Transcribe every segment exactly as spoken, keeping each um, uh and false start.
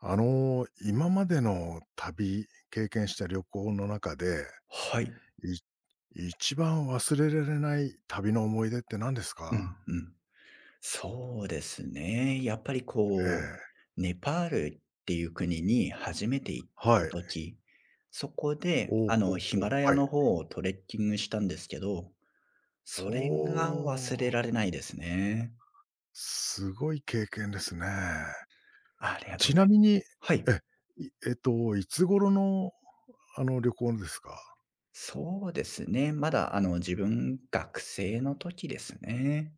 あの、今までの旅、経験した旅行の中で、はい。い一番忘れられない旅の思い出って何ですうんか？うん。そうですね。やっぱりえこう、え、ネパールっていう国に初めて行っはたい。時、そこで、おお、あほの、うヒほマう、ラヤはい。の方をトレッキングしたんですけど、おそれが忘れお、られないですね。すごい経験ですね。ありがとうちござないみます。に、え、はい。いえっと、いつ頃の、あの、旅行ですか？そうですね。まだ、あの、自分、学生の時ですね。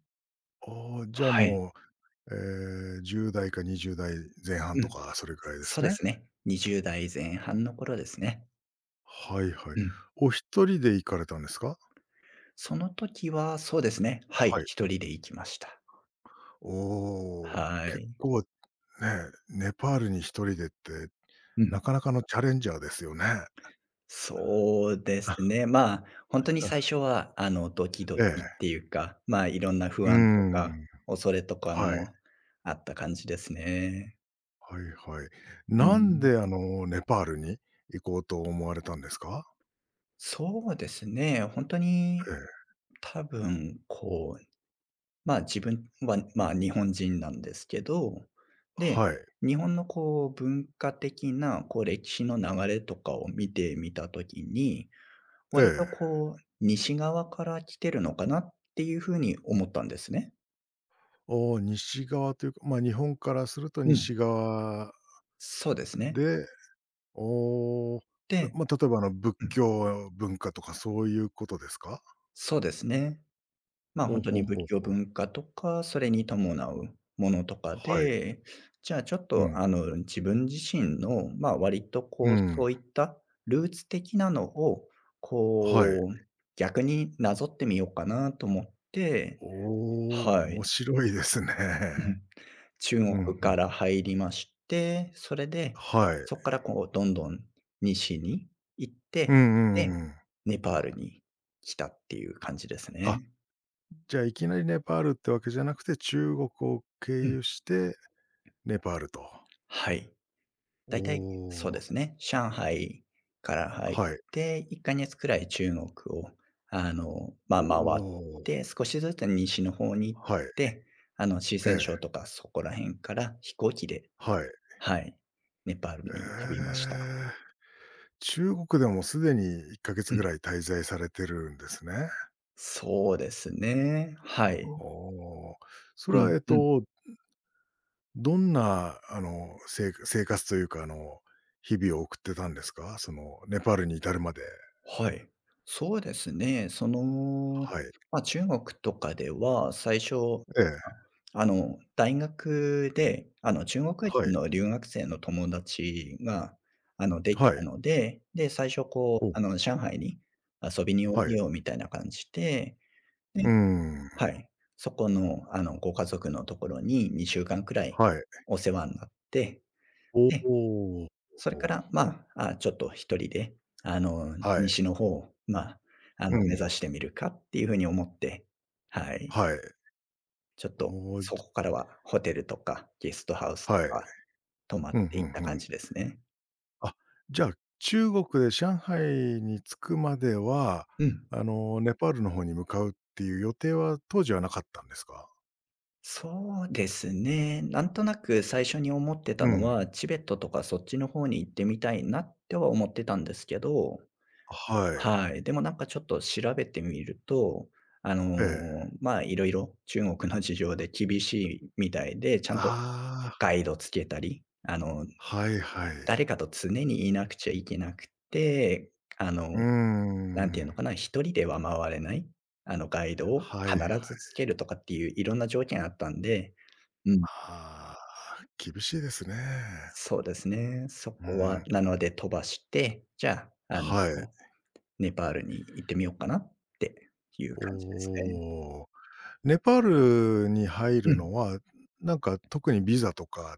ああ、じゃあはい。もう、えじゅうだい代かにじゅうだい代前半うとん。か、それぐらいでそすうでね。すね。にじゅうだい代前半の頃ですね。はいはい。うん。お一人で行かれたんですか？その時は、そうですね。はい、はい。一人で行きました。おお、は結い。構ね、ネパールに一人でって、うん。なかなかのチャレンジャーですよね。そうです ね。まあ、ほんとに最初は、あの、ドキドえキっえ。ていうか、まあ、いろんな不うー安とか、ん。恐れとかはい。もあった感じですね。はいはい。うなんん。であの、ネパールに行こうと思われたんですか？そうですね。ほんとにええ。多分、こう、まあ、自分は、まあ、日本人なんですけど、で、はい。日本のこう、文化的な、こう、歴史の流れとかを見てみた時にえ割とえ。こう、西側から来てるのかなっていうふうに思ったんですね。おお、西側というか、ま、日本からするとう西ん、側そうですね。で、おお、でま、例えばあの、仏うん、教文化とかそういうことですか？そうですね。まあ、ほう本当ほにう仏ほう教ほう。文化とか、それに伴うものとかはい。で、じゃあちょっうと、ん。あの、自分自身の、まあ、割とうこう、そん。ういったルーツ的なのを、はい。こう、逆になぞってみようかなと思っておお、はい。面白いですね。中 うん国うかん。ら入りまして、それで、はい。そこからこうどんどん西に行っうんて、うで、んうん。ネパールに来たっていう感じですあ、ね。じゃあいきなりネパールってわけじゃなくて、中国を経うん、由してネパールと。はい。だおいたいそうでお、すね、上海から入っはい。て、いっかげつくらい中国を、あの、まおあ、回っおて、少しずつ西の方に行っはい。て、あの、四え川省え、とかそこら辺から飛行機で、はい。はい、ネパールえに飛びました。え、中国でもすでにいっかげつうぐん。らい滞在されてるんですね。そうですね。はい。おお。それうはん、えっうん。とどんな、あの、せい生活というか、あの、日々を送ってたんですか？その、ネパールに至るまで。はい。そうですね。その、はい。まあ、中国とかでは、最初、ええ。ああの、大学で、あの、中国は人い。の留学生の友達が、あの、できはたい。ので、で、最初こう、お、あの、上海に遊びにおいはでい。よみたいな感じで、でうーはん。い。そこの、あの、ご家族のところににしゅうかんくらいはい。お世話になって、おで、お。それかお、ら、まあ、あ、ちょっと一人で、あの、はい。西の方を、まあ、あうの、目ん。指してみるかっていう風に思って、はい、はい。ちょっとおお、そじこからはホテルとかゲストハウスとはい。か泊まうっん、うんていったう感ん。じですね。あ、じゃあ、中国で上海に着くまでは、うん。あの、ネパールの方に向かうっていう予定は当時はなかったんですか？そうですね。なんとなく最初に思ってたうのん。は、チベットとかそっちの方に行ってみたいなっては思ってたんですけどはい。はい。でもなんかちょっと調べてみると、あの、ええ。ま、いろいろ中国の事情で厳しいみたいで、ちゃんとああ。ガイドつけたり、あの、はいはい。誰かと常にいなくちゃいけなくて、あの、うーなんていん。うのかな、一人では回れない、あの、ガイドをはい。必ずつけるとかっていういろんな条件あったんで、うん、ああ、厳しいですね。そうですね。そうこはん。なので飛ばして、じゃあ、あの、はい。ネパールに行ってみようかなっていうお感じですね。お。ネパールに入うるん。のは、なんか特にビザとか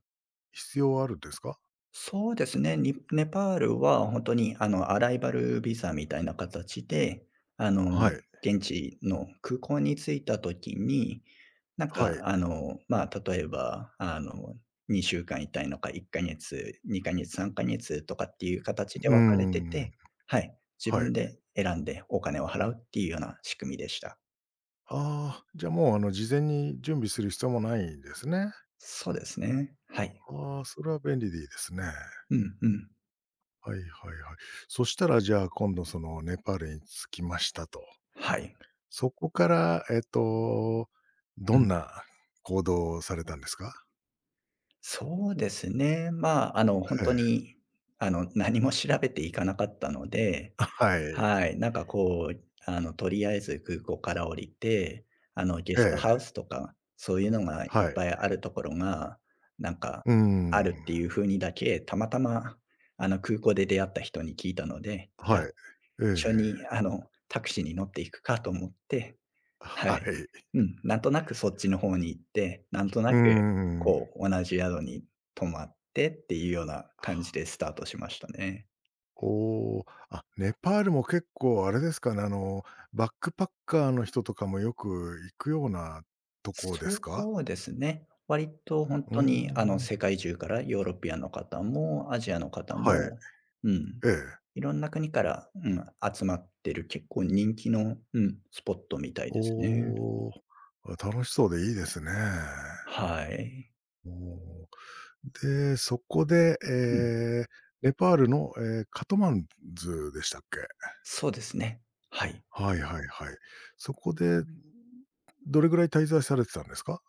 必要あるんですか？そうですね。にネパールは本当に、あの、アライバルビザみたいな形で、あの、はい、現地の空港に着いた時に、なんはい。か、あの、まあ、例えば、あの、にしゅうかんいたいのか、いっかげつ、にかげつ、さんかげつとかっていう形でう分かれてん。てはい、自はい。分で選んでお金を払うっていうような仕組みでした。ああ、じゃあもうあの事前に準備する必要もないんですね。そうですね。はい。ああ、それは便利でいいですね。うんうん。はいはいはい。そしたらじゃあ今度そのネパールに着きましたと。はい。そこから、えっと、うどん。んな行動をされたんですか？そうですね。まあ、あの、本え当え、に、あの、何も調べていかなかったので、はい。はい、なんかこう、あの、とりあえず空港から降りて、あの、ゲえストハウえ、スとか、そういうのがいっはい。ぱいあるところが、なんか、うーあるっん。ていう風にだけ、たまたま、あの、空港で出会った人に聞いたので、じゃはあ、い。え一緒え。に、あの、タクシーに乗っていくかと思ってははい。い。うん、なんとなくそっちの方に行って、なんとなうーく、ん。こう、同じ宿に泊まってっていうような感じでスタートしましたね。おお、あ、ネパールも結構あれですかね、あの、バックパッカーの人とかもよく行くようなとこですそか？うですね。割とほんうーとに、あの、ん。世界中からヨーロピアンの方もアジアの方はい。も、うん、ええ。いろんな国から、うん、集まってる結構人気の、うん、スポットみたいおですね。お、あ、楽しそうでいいですね。はい。おお。で、そこで、うん、えーネパールの、えーカトマンズでしたっけ？そうですね。はい。はいはいはい。そこで、どれぐらい滞在されてたんですか？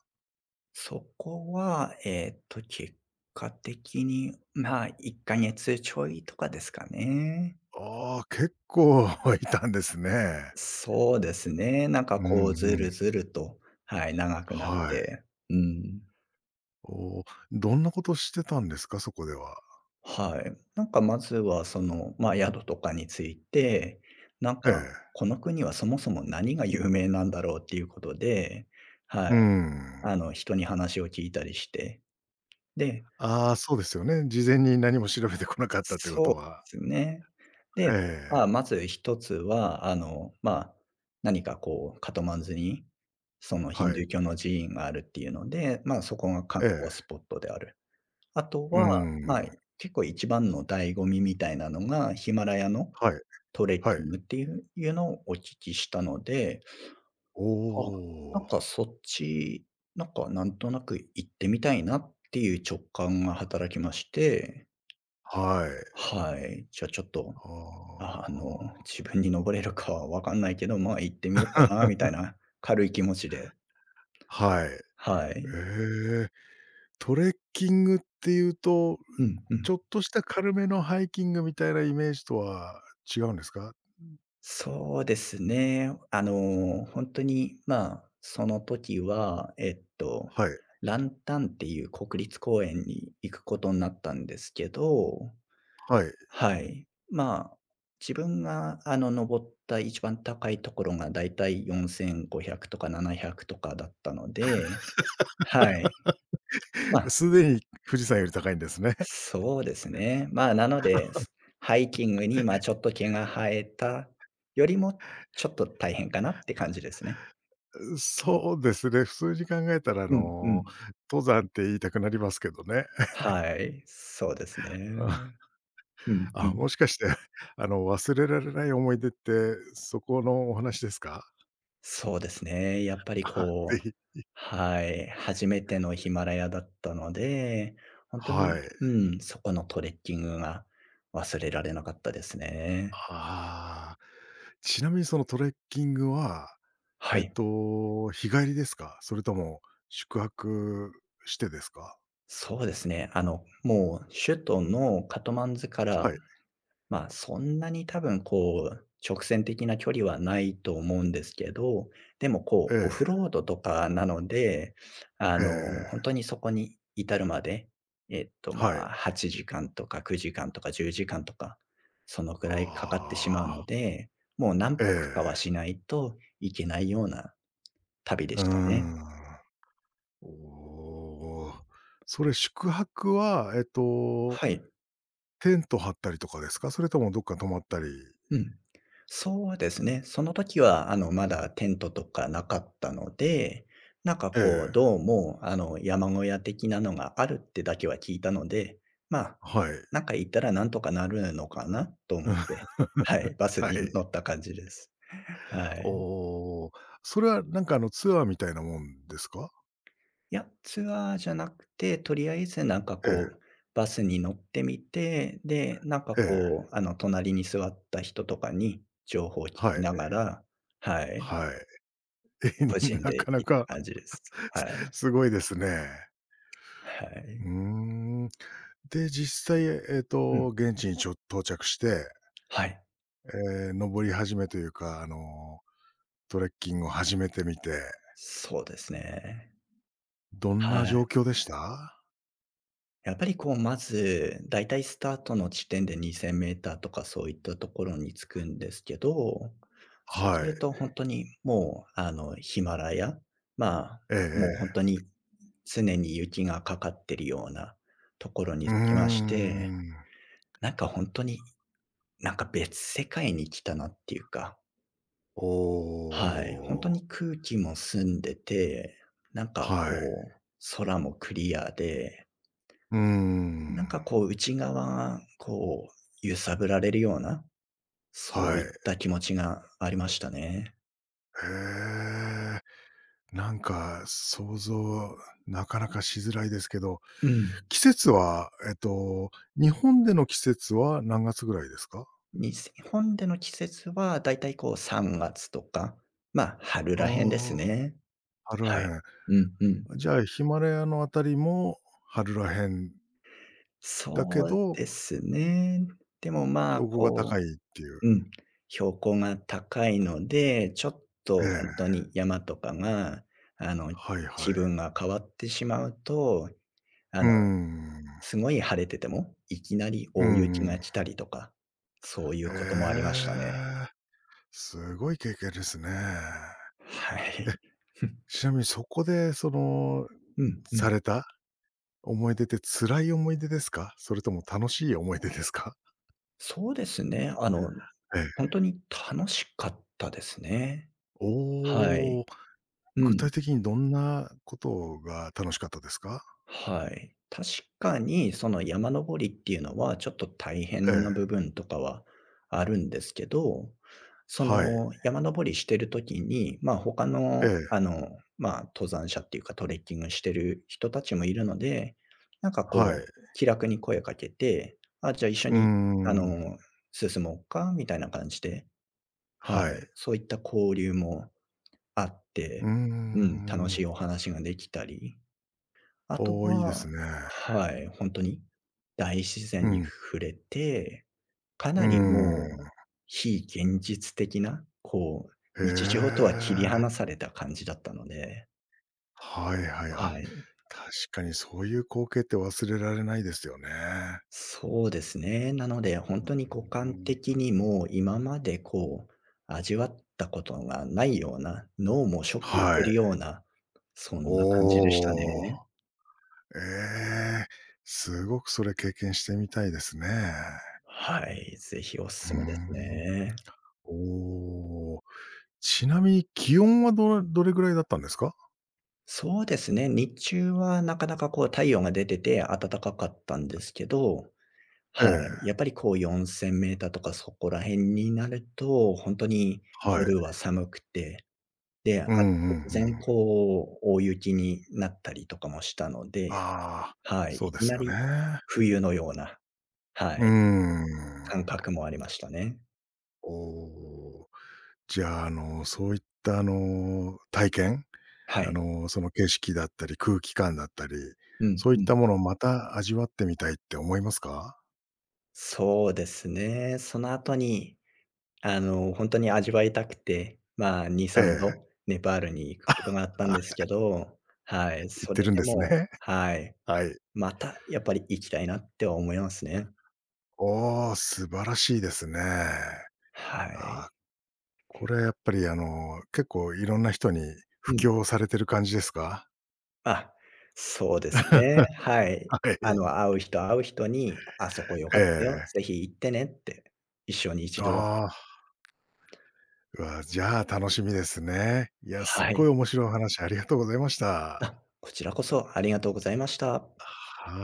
そこは、えっと、結果的に、まあ、いっかげつちょいとかですかね。ああ、結構 いたんですね。そうですね。なんかうこんう、ずうるん。ずると、はい、長くなっはい。て。うん。おーどんなことしてたんですか？そこでは。はい。なんかまずはその、まあ、宿とかについて、なんえか、え。この国はそもそも何が有名なんだろうっていうことで、はい、うん。あの、人に話を聞いたりして。で、ああ、そうですよね。事前に何も調べてこなかったってこそうとでは。すね。で、えまえ、あ、まず一つは、あの、まあ、何かこう、カトマンズに、そのヒンはドゥい。ー教の寺院があるっていうので、まあ、そこが観え光え。スポットである。あとうは、まあ、ん。結構一番の醍醐味みたいなのが、ヒマラヤのはい、トレッはキい。ングっていういうのをお聞きしたので、おあ、なんお、かそっち、なんかなんとなく行ってみたいなっていう直感が働きまして、はい。はい。じゃあちょっとああの、あ、自分に登れるかはわかんないけど、まあ、行ってみようかなみたいな軽い気持ちで、はい。はい。ええ、トレッキングっていうと、うんうん。ちょっとした軽めのハイキングみたいなイメージとは違うんですか？そうですね。あの、本当に、まあ、その時は、えっと、はい、ランタンっていう国立公園に行くことになったんですけど、はい。はい。まあ、自分が、あの、登った一番高いところがだいたいよんせんごひゃくとかななひゃくとかだったので、はい。ま あすでに富士山より高いんですね。そうですね。まあ、なので、すハイキングに、まあ、ちょっと毛が生えたよりも、ちょっと大変かなって感じですね。うそうですね、普通に考えたら、あうんうの、ん。登山って言いたくなりますけどね。はい、そうですね。あうんうあ、ん。もしかして、あの、忘れられない思い出って、そこのお話ですか？そうですね。やっぱ りあ、こぜうひはい、初めてのヒマラヤだったので、本当はに、い。うん、そこのトレッキングが忘れられなかったですね。ああ、ちなみにそのトレッキングははえっい、と、日帰りですか？それとも宿泊してですか？そうですね。あの、もう首都のカトマンズからはい。まあ、そんなに多分こう、直線的な距離はないと思うんですけど、でもこう、オフえロードとかなので、あえ、えの、ほんえ、とにそこに至るまで、えっと、まはい。あ、はちじかんとかくじかんとかじゅうじかんとか、そのくらいかかってあしまうのあ、で、もう何え泊かえ、はしないといけないような旅でうーしたね。ん。おお。それ宿泊は、えっと、はい。テント張ったりとかですか？それともどっか泊まったりうん。そうですね。その時は、あの、まだテントとかなかったので、なんかえこう、え、どうも、あの、山小屋的なのがあるってだけは聞いたので、まあ、はい。なんか行ったらなんとかなるのかなと思って、は い、バスはに乗い。った感じです。はい。おお。それはなんかあのツアーみたいなもんですか？いや、ツアーじゃなくて、とりあえずなんかええ、こう、バスに乗ってみて、で、なんかええ、こう、あの、隣に座った人とかに情報を聞はきい、ながら、はい。はい。個 人なでかな行っか た感じです。は い。すごいですね。はい。うーん。で、実際、えっうん。と、現地にちょ到着して、はい。えー登り始めというか、あの、トレッキングを始めてみて、そうですね。どんはない。状況でした？やっぱりこう、まず、だいたいスタートの地点で にせんメーター とかそういったところに着くんですけど、そうすはい。るとほんとにもう、あの、ヒマラヤ、まあ、ええもうほんえとえ。に常に雪がかかってるようなところにうー着きまして、ん。なんかほんとに、なんか別世界に来たなっていうか、おはい、本当お。に空気も澄んでて、なんかはい。こう、空もクリアで、うーん。なんかこう内側、こう揺さぶられるような、そうはいい。っへた気持ちがありましたね。え。なんか想像、なかなかしづらいですけど、うん。季節は、えっと、日本での季節は何月ぐらいですか？に日本での季節はだいたいこうさんがつとか、ま、あ春あらへんですあ、ね。春はらい。うんうん。へん。じゃあ、ヒマラヤのあたりも春らへんだけそうど、ですね。でもまあ、標高がこ高いっていう。う、うん、標高が高いので、ちょっえとほんとえ。に山とかが、あの、はいは気い。分が変わってしまうと、あうーの、ん。すごい晴れてても、いきなりう大雪んうがん。来たりとか、そういうへこともありましたね。え、すごい経験ですね。はえ、い。ちなみにそこで、その、うんうん。された思い出って辛い思い出ですか？それとも楽しい思い出ですか？そうですね。あの、ええ。ほんとに楽しかったですね。はおい。お。う具ん。体的にどんなことが楽しかったですか？はい。確かにその山登りっていうのはちょっと大え変なえ。部分とかはあるんですけど、そはい。の山登りしてる時に、まあ、他えの、え、あの、まあ、登山者っていうかトレッキングしてる人たちもいるので、なんかはい。こう気楽に声かけて、あ、じゃあ一緒うーにあん。の、進もうかみたいな感じで、ははい。い、そういった交流もあっうーて、うん、楽しん。いお話ができたり、あとおお、いいでは、すね。はい、ほんとに大自然うにん。触れて、かうーなりもうん。非現実的な、こう、へ日常とは切り離え。された感じだったので、はいはい。はあ、い、確かにそういう光景って忘れられないですよね。そうですね。なので、ほんとに五うんう感的ん。にも今までこう、味わったことがないような、脳もショック受けはるい。ような、そんおな感じでしたお、ね。ええ、すごくそれ経験してみたいですね。はい、ぜひおうー勧めですん。ね。おお。ちなみに気温はどれどれぐらいだったんですか？そうですね、日中はなかなかこう太陽が出てて暖かかったんですけど、えはい、やえ、っぱりこうよんせんメーターとかそこら辺になると、本当にはい。夜は寒くて、で、あとうんうん突う然ん。こう大雪になったりとかもしたので、ああ、はい、そういできすなよね。り冬のような、はうーい、ん。感覚もありましたね。おお。じゃあ、あの、そういったあの、体験、はあい。の、その景色だったり、空気感だったり、うんそういうっん。たものをまた味わってみたいって思いますか？そうですね。その後に、あの、ほんとに味わいたくて、まあ、に、え3え、度ネパールに行くことがあったんですあ、けど、はい、行っそてれるんでですも、ね。はい、はい。またやっぱり行きたいなっては思いますね。おお、素晴らしいですね。はあい。あ。これはやっぱり、あの、結構いろんな人にう布ん。教されてる感じですか？あ、そうですね。は い。はあい。の、会う人会う人に、「あそこ良かえったよ、ぜえ。ひ行ってね」って、一生に一度は、ああ、うわ、じゃあ楽しみですね。いや、すっはい。ごい面白いお話ありがとうございました。あ、こちらこそありがとうございました。はい。